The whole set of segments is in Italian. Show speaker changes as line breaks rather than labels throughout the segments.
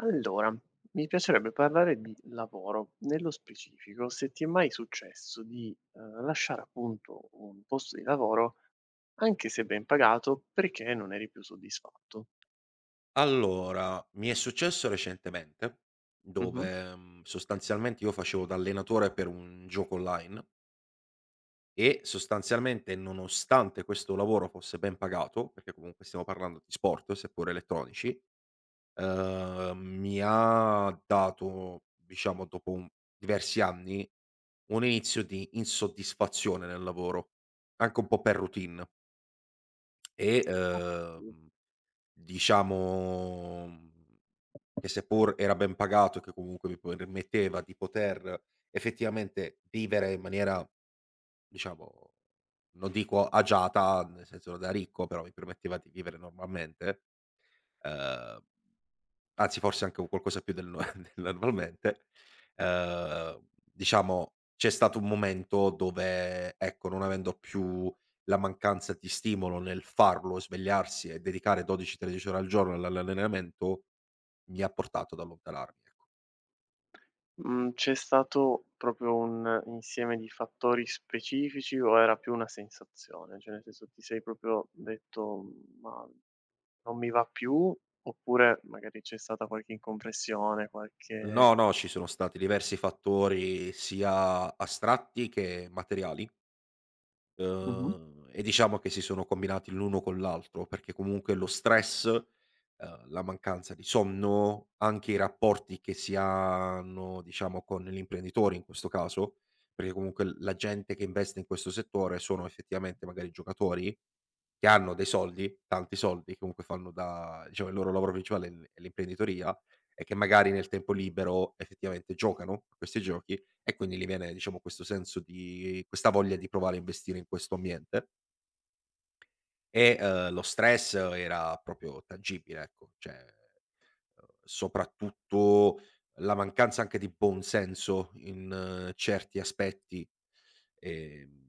Allora, mi piacerebbe parlare di lavoro. Nello specifico, se ti è mai successo di lasciare appunto un posto di lavoro, anche se ben pagato, perché non eri più soddisfatto.
Allora, mi è successo recentemente,
Mh-mh.
dove, sostanzialmente io facevo da allenatore per un gioco online e sostanzialmente, nonostante questo lavoro fosse ben pagato, perché comunque stiamo parlando di sport, seppur elettronici, mi ha dato, diciamo dopo un diversi anni, un inizio di insoddisfazione nel lavoro, anche un po' per routine e,
Okay.
diciamo che seppur era ben pagato e che comunque mi permetteva di poter effettivamente vivere in maniera, diciamo, non dico agiata, nel senso da ricco, però mi permetteva di vivere normalmente, ehm, anzi forse anche un qualcosa più del no del normalmente, diciamo c'è stato un momento dove, ecco, non avendo più la mancanza di stimolo nel farlo, svegliarsi e dedicare 12, 13 ore al giorno all'allenamento, mi ha portato ad allontanarmi, ecco.
Mhmm, C'è stato proprio un insieme di fattori specifici o era più una sensazione? Cioè nel senso, ti sei proprio detto: "Ma non mi va più", oppure magari c'è stata qualche incompressione, qualche
No, no, ci sono stati diversi fattori sia astratti che materiali,
mh-mh.
e diciamo che si sono combinati l'uno con l'altro, perché comunque lo stress, la mancanza di sonno, anche i rapporti che si hanno, diciamo, con l'imprenditore in questo caso, perché comunque l la gente che investe in questo settore sono effettivamente magari giocatori che hanno dei soldi, tanti soldi, che comunque fanno da diciamo il loro lavoro principale è l'imprenditoria, e che magari nel tempo libero effettivamente giocano a questi giochi, e quindi gli viene diciamo questo senso di questa voglia di provare a investire in questo ambiente. E, lo stress era proprio tangibile, ecco, cioè, soprattutto la mancanza anche di buon senso in certi aspetti, ehm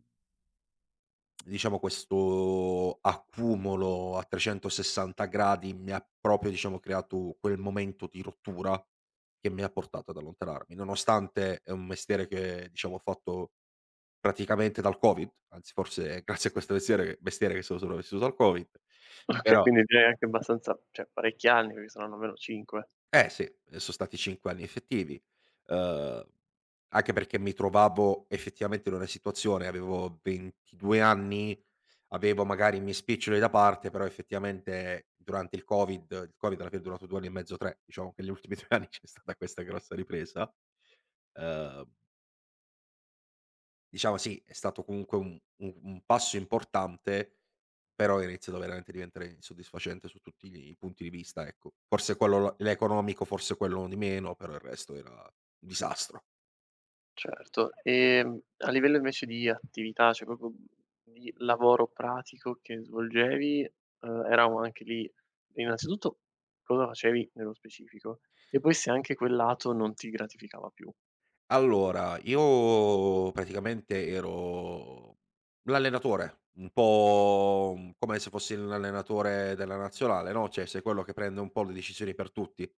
diciamo questo accumulo a 360 gradi mi ha proprio, diciamo, creato quel momento di rottura che mi ha portato ad allontanarmi. Nonostante è un mestiere che, diciamo, ho fatto praticamente dal Covid, anzi forse è grazie a questo mestiere che sono sopravvissuto al Covid,
Okay,
però
quindi direi anche abbastanza, cioè parecchi anni, perché saranno almeno 5.
eh sì, son stati 5 anni effettivi, uhm, anche perché mi trovavo effettivamente in una situazione, avevo 22 anni. Avevo magari i miei spiccioli da parte, però effettivamente durante il Covid alla fine è durato 2 anni e mezzo, 3, diciamo che negli ultimi 2 anni c'è stata questa grossa ripresa. Ehm, diciamo sì, è stato comunque un passo importante, però è iniziato veramente a veramente diventare insoddisfacente su tutti i punti di vista, ecco. Forse quello l'economico, forse quello di meno, però il resto era un disastro.
Certo. A livello invece di attività, cioè proprio di lavoro pratico che svolgevi, eravamo anche lì, innanzitutto cosa facevi nello specifico, e poi se anche quel lato non ti gratificava più.
Allora, io praticamente ero l'allenatore, un po' come se fossi l'allenatore della nazionale, no, cioè sei quello che prende un po' le decisioni per tutti.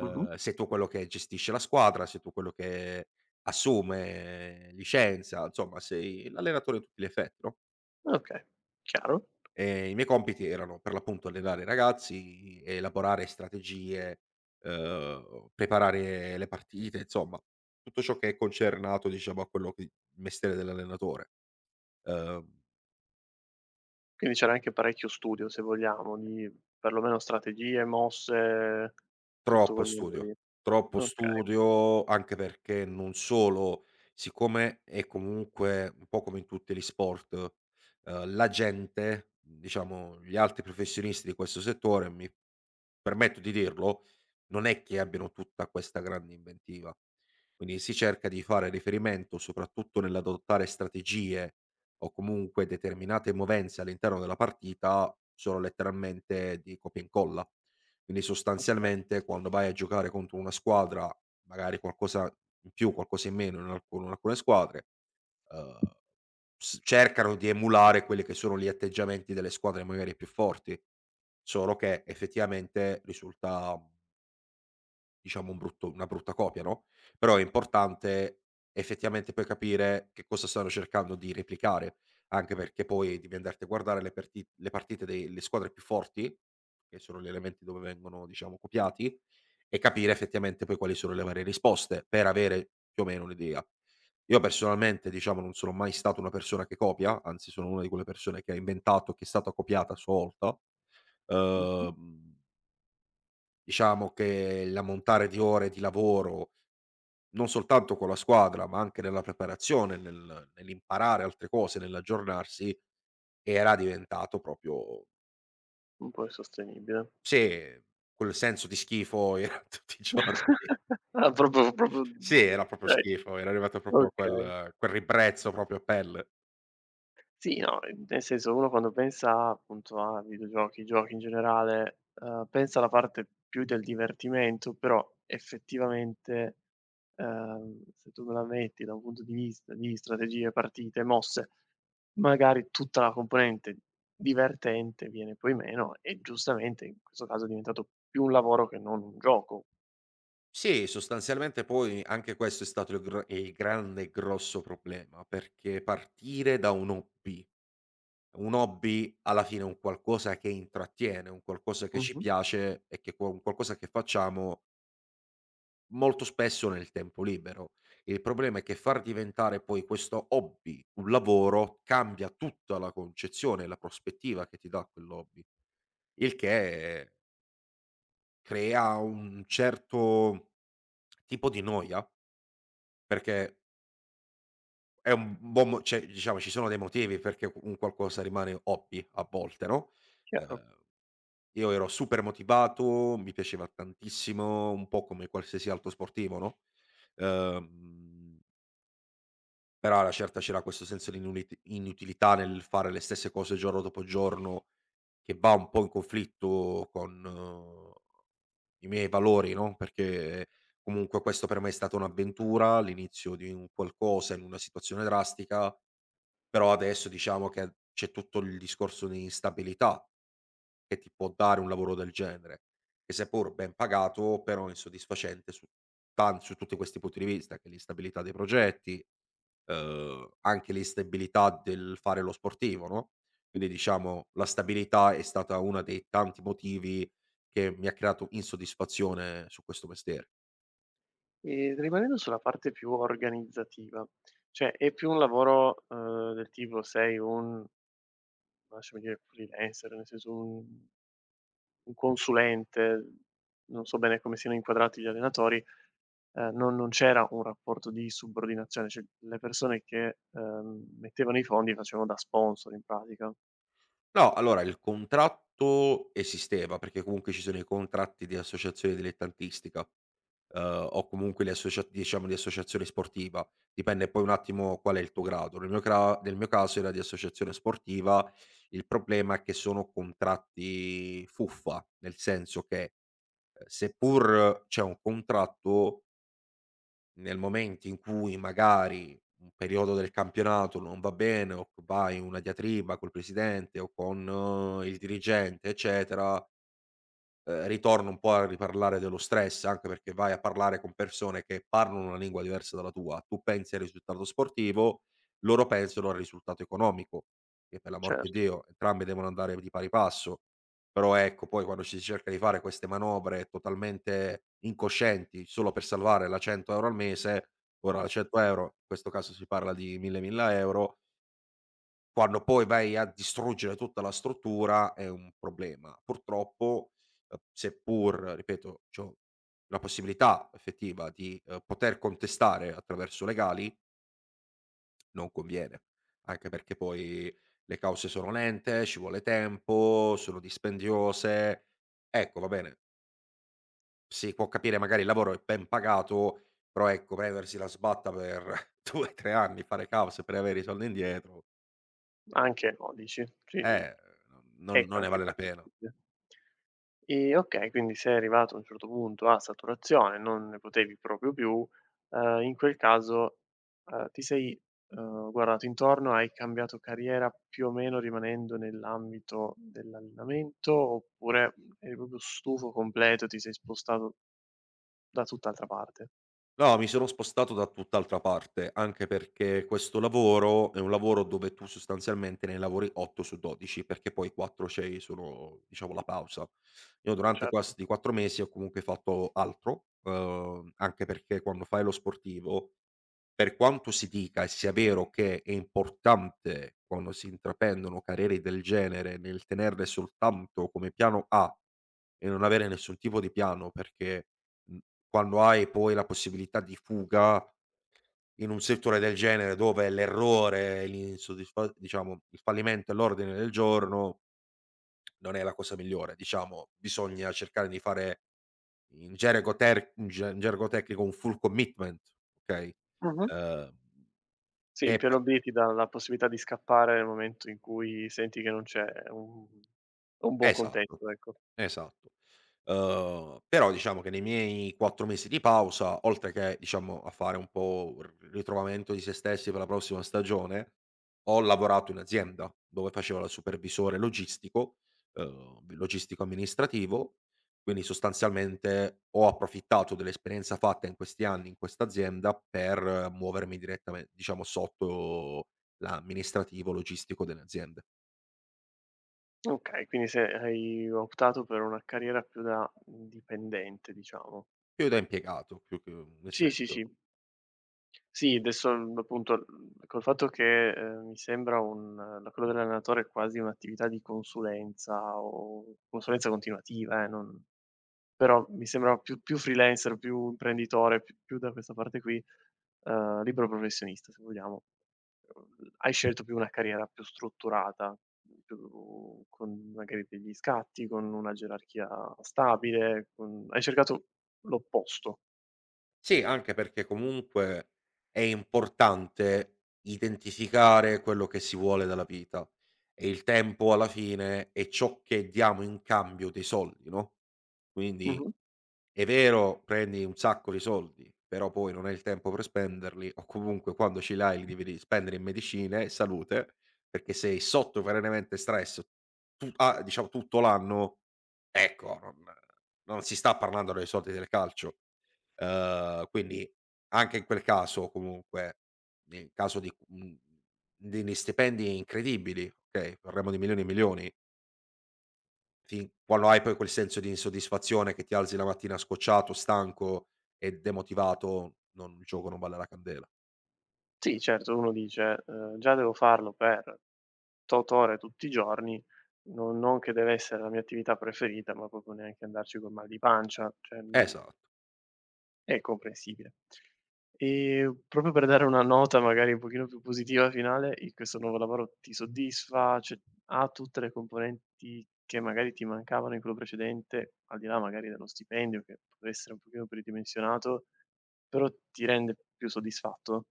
Mh-mh.
sei tu quello che gestisce la squadra, sei tu quello che assume, licenzia, insomma sei l'allenatore a tutti gli effetti, no?
Okay, chiaro.
I miei compiti erano per l'appunto allenare i ragazzi, elaborare strategie, preparare le partite, insomma tutto ciò che è concernato diciamo a quello che il mestiere dell'allenatore. Uhm
Quindi c'era anche parecchio studio, se vogliamo, di perlomeno strategie, mosse, tutto
Troppo
quel mondo lì.
studio, troppo
Okay,
studio, anche perché non solo siccome è comunque un po' come in tutti gli sport, la gente, diciamo gli altri professionisti di questo settore, mi permetto di dirlo, non è che abbiano tutta questa grande inventiva. Quindi si cerca di fare riferimento soprattutto nell'adottare strategie o comunque determinate movenze all'interno della partita, solo letteralmente di copia e incolla. Quindi
okay.
sostanzialmente quando vai a giocare contro una squadra, magari qualcosa in più, qualcosa in meno in alcune squadre, uhm, s cercano di emulare quelli che sono gli atteggiamenti delle squadre magari più forti, solo che effettivamente risulta diciamo un brutto una brutta copia, no, però è importante effettivamente poi capire che cosa stanno cercando di replicare, anche perché poi devi andarti a guardare le partite delle squadre più forti, che sono gli elementi dove vengono, diciamo, copiati, e capire effettivamente poi quali sono le varie risposte, per avere più o meno un'idea. Io personalmente, diciamo, non sono mai stato una persona che copia, anzi sono una di quelle persone che ha inventato, che è stata copiata a sua volta.
Mh-mh.
uhm Diciamo che l'ammontare di ore di lavoro, non soltanto con la squadra, ma anche nella preparazione, nell'imparare altre cose, nell'aggiornarsi, era diventato proprio.
Un po' insostenibile.
Sì, quel senso di schifo era tutti i giorni.
Ah, proprio
Sì, era proprio
dai,
schifo, era arrivato proprio a
okay.
quel ribrezzo proprio a pelle.
Sì, no, nel senso, uno quando pensa appunto a videogiochi, giochi in generale, pensa alla parte più del divertimento, però effettivamente, se tu me la metti da un punto di vista di strategie, partite, mosse, magari tutta la componente divertente viene poi meno e giustamente in questo caso è diventato più un lavoro che non un gioco.
Sì, sostanzialmente poi anche questo è stato il gr il grande e grosso problema, perché partire da un hobby. Un hobby alla fine è un qualcosa che intrattiene, un qualcosa che ci
Mh-mh.
piace e che un qualcosa che facciamo molto spesso nel tempo libero. Il problema è che far diventare poi questo hobby un lavoro cambia tutta la concezione, la prospettiva che ti dà quell'hobby, il che crea un certo tipo di noia perché è un buon mo cioè, diciamo ci sono dei motivi perché u un qualcosa rimane hobby a volte, no,
Chiaro.
ehm, io ero super motivato, mi piaceva tantissimo, un po' come qualsiasi altro sportivo, no, ehm, però alla certa c'era questo senso di inulit inutilità nel fare le stesse cose giorno dopo giorno, che va un po' in conflitto con i miei valori, no, perché comunque questo per me è stata un'avventura, l'inizio di un qualcosa in una situazione drastica, però adesso diciamo che c'è tutto il discorso di instabilità che ti può dare un lavoro del genere, che seppur ben pagato, però insoddisfacente su tan su tutti questi punti di vista, che è l'instabilità dei progetti, anche l'instabilità del fare lo sportivo, no? Quindi diciamo la stabilità è stata una dei tanti motivi che mi ha creato insoddisfazione su questo mestiere.
E rimanendo sulla parte più organizzativa, cioè è più un lavoro, del tipo sei un, lasciami dire, freelancer, nel senso un consulente, non so bene come siano inquadrati gli allenatori, non c'era un rapporto di subordinazione, cioè le persone che, mettevano i fondi facevano da sponsor in pratica.
No, allora il contratto esisteva, perché comunque ci sono i contratti di associazione dilettantistica, o comunque le associa diciamo di associazione sportiva, dipende poi un attimo qual è il tuo grado. Nel mio cra nel mio caso era di associazione sportiva, il problema è che sono contratti fuffa, nel senso che, seppur c'è un contratto. Nel momento in cui magari un periodo del campionato non va bene o vai in una diatriba col presidente o con il dirigente, eccetera, ritorno un po' a riparlare dello stress, anche perché vai a parlare con persone che parlano una lingua diversa dalla tua. Tu pensi al risultato sportivo, loro pensano al risultato economico, che per l'amor di
Certo.
Dio entrambi devono andare di pari passo. Però ecco, poi quando ci si cerca di fare queste manovre totalmente incoscienti solo per salvare la 100 € al mese, ora la 100 € in questo caso si parla di 1000, 1000 €, quando poi vai a distruggere tutta la struttura è un problema. Purtroppo, seppur, ripeto, c'ho la possibilità effettiva di, poter contestare attraverso legali, non conviene, anche perché poi le cause sono lente, ci vuole tempo, sono dispendiose. Ecco, va bene, si può capire magari il lavoro è ben pagato, però ecco prendersi la sbatta per 2, 3 anni, fare cause per avere i soldi indietro, eh
Anche no, dici? Sì, sì.
Eh, non
Ecco,
ne
anche
vale la pena.
compatibile. E okay, quindi sei arrivato a un certo punto a saturazione, non ne potevi proprio più, in quel caso, ti sei, guardato intorno, hai cambiato carriera più o meno rimanendo nell'ambito dell'allenamento, oppure eri proprio stufo completo, ti sei spostato da tutt'altra parte?
No, mi sono spostato da tutt'altra parte, anche perché questo lavoro è un lavoro dove tu sostanzialmente ne lavori 8 su 12, perché poi 4 c'hai solo, diciamo, la pausa. Io durante
Certo.
questi 4 mesi ho comunque fatto altro, anche perché quando fai lo sportivo. Per quanto si dica e sia vero che è importante, quando si intraprendono carriere del genere, nel tenerle soltanto come piano A e non avere nessun tipo di piano, perché, mhmm, quando hai poi la possibilità di fuga in un settore del genere dove l'errore, l'insoddisfa diciamo il fallimento è all'ordine del giorno, non è la cosa migliore. Diciamo, bisogna cercare di fare in gergo ter in ge in gergo tecnico un full commitment, okay?
Mh-mh.
Ehm,
Sì,
che
il
p
piano B ti dà la possibilità di scappare nel momento in cui senti che non c'è un buon
Esatto,
contesto, ecco.
esatto. Però diciamo che nei miei 4 mesi di pausa, oltre che diciamo a fare un po' r ritrovamento di se stessi per la prossima stagione, ho lavorato in azienda dove facevo il supervisore logistico, logistico amministrativo, quindi sostanzialmente ho approfittato dell'esperienza fatta in questi anni in questa azienda per muovermi direttamen diciamo sotto l'amministrativo logistico delle aziende,
Okay, quindi se hai optato per una carriera più da dipendente, diciamo.
più da impiegato più che nel
Sì, sì,
senso.
sì. Sì, adesso, appunto, col fatto che, mi sembra un la quello dell'allenatore è quasi un'attività di consulenza o consulenza continuativa, non Però mi sembra più freelancer, più imprenditore, più da questa parte qui, libero professionista se vogliamo. Hai scelto più una carriera più strutturata, più con magari degli scatti, con una gerarchia stabile, con hai cercato l'opposto.
Sì, anche perché comunque è importante identificare quello che si vuole dalla vita e il tempo alla fine è ciò che diamo in cambio dei soldi, no, quindi
Mh-mh.
è vero prendi un sacco di soldi, però poi non hai il tempo per spenderli o comunque quando ce li hai li devi ri spendere in medicine e salute, perché sei sotto perennemente stress tu a diciamo tutto l'anno. Ecco, non si sta parlando dei soldi del calcio. Quindi anche in quel caso comunque, nel caso di degli stipendi incredibili, okay, parliamo di milioni e milioni, fin quando hai poi quel senso di insoddisfazione che ti alzi la mattina scocciato, stanco e demotivato, non il gioco non vale la candela.
Sì, certo, uno dice: già devo farlo per tot ore tutti i giorni, non che deve essere la mia attività preferita, ma proprio neanche andarci col mal di pancia." Cioè, mhmm
Esa
È comprensibile. E proprio per dare una nota magari un pochino più positiva finale, il questo nuovo lavoro ti soddisfa? Cioè, ha tutte le componenti che magari ti mancavano in quello precedente, al di là magari dello stipendio che può essere un pochino ridimensionato, però ti rende più soddisfatto?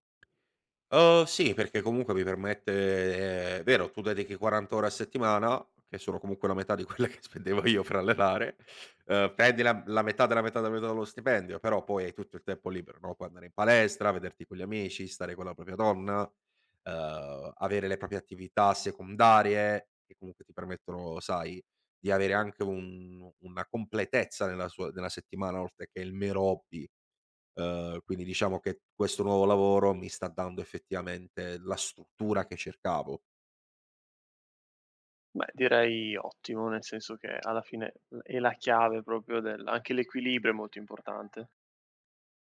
Sì, perché comunque mi permette è vero, tu dedichi 40 ore a settimana, che sono comunque la metà di quelle che spendevo io per allenare, prendi la metà della metà della metà dello stipendio, però poi hai tutto il tempo libero, no, puoi andare in palestra, vederti con gli amici, stare con la propria donna, avere le proprie attività secondarie, che comunque ti permettono, sai, di avere anche un una completezza nella settimana, oltre che il mero hobby. Quindi diciamo che questo nuovo lavoro mi sta dando effettivamente la struttura che cercavo,
Beh, direi ottimo, nel senso che alla fine l è la chiave proprio del anche l'equilibrio è molto importante.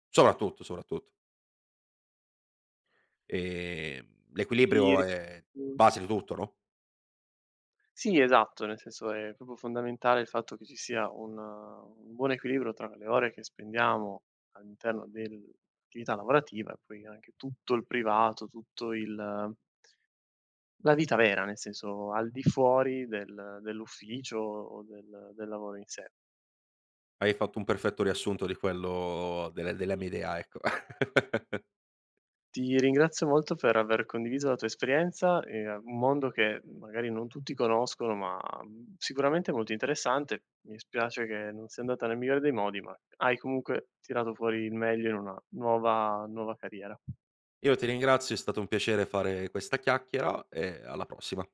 soprattutto, soprattutto. Ehm,
Ti
l'equilibrio
ri
è base di tutto, no,
Sì, esatto, nel senso è proprio fondamentale il fatto che ci sia un buon equilibrio tra le ore che spendiamo all'interno dell'attività lavorativa e poi anche tutto il privato, tutto il la vita vera, nel senso al di fuori del dell'ufficio o del del lavoro in sé.
hai fatto un perfetto riassunto di quello delle della mia idea, ecco.
Ti ringrazio molto per aver condiviso la tua esperienza, un mondo che magari non tutti conoscono, ma, mhmm, sicuramente molto interessante. Mi spiace che non sia andata nel migliore dei modi, ma hai comunque tirato fuori il meglio in una nuova carriera.
Io ti ringrazio, è stato un piacere fare questa chiacchiera e alla prossima.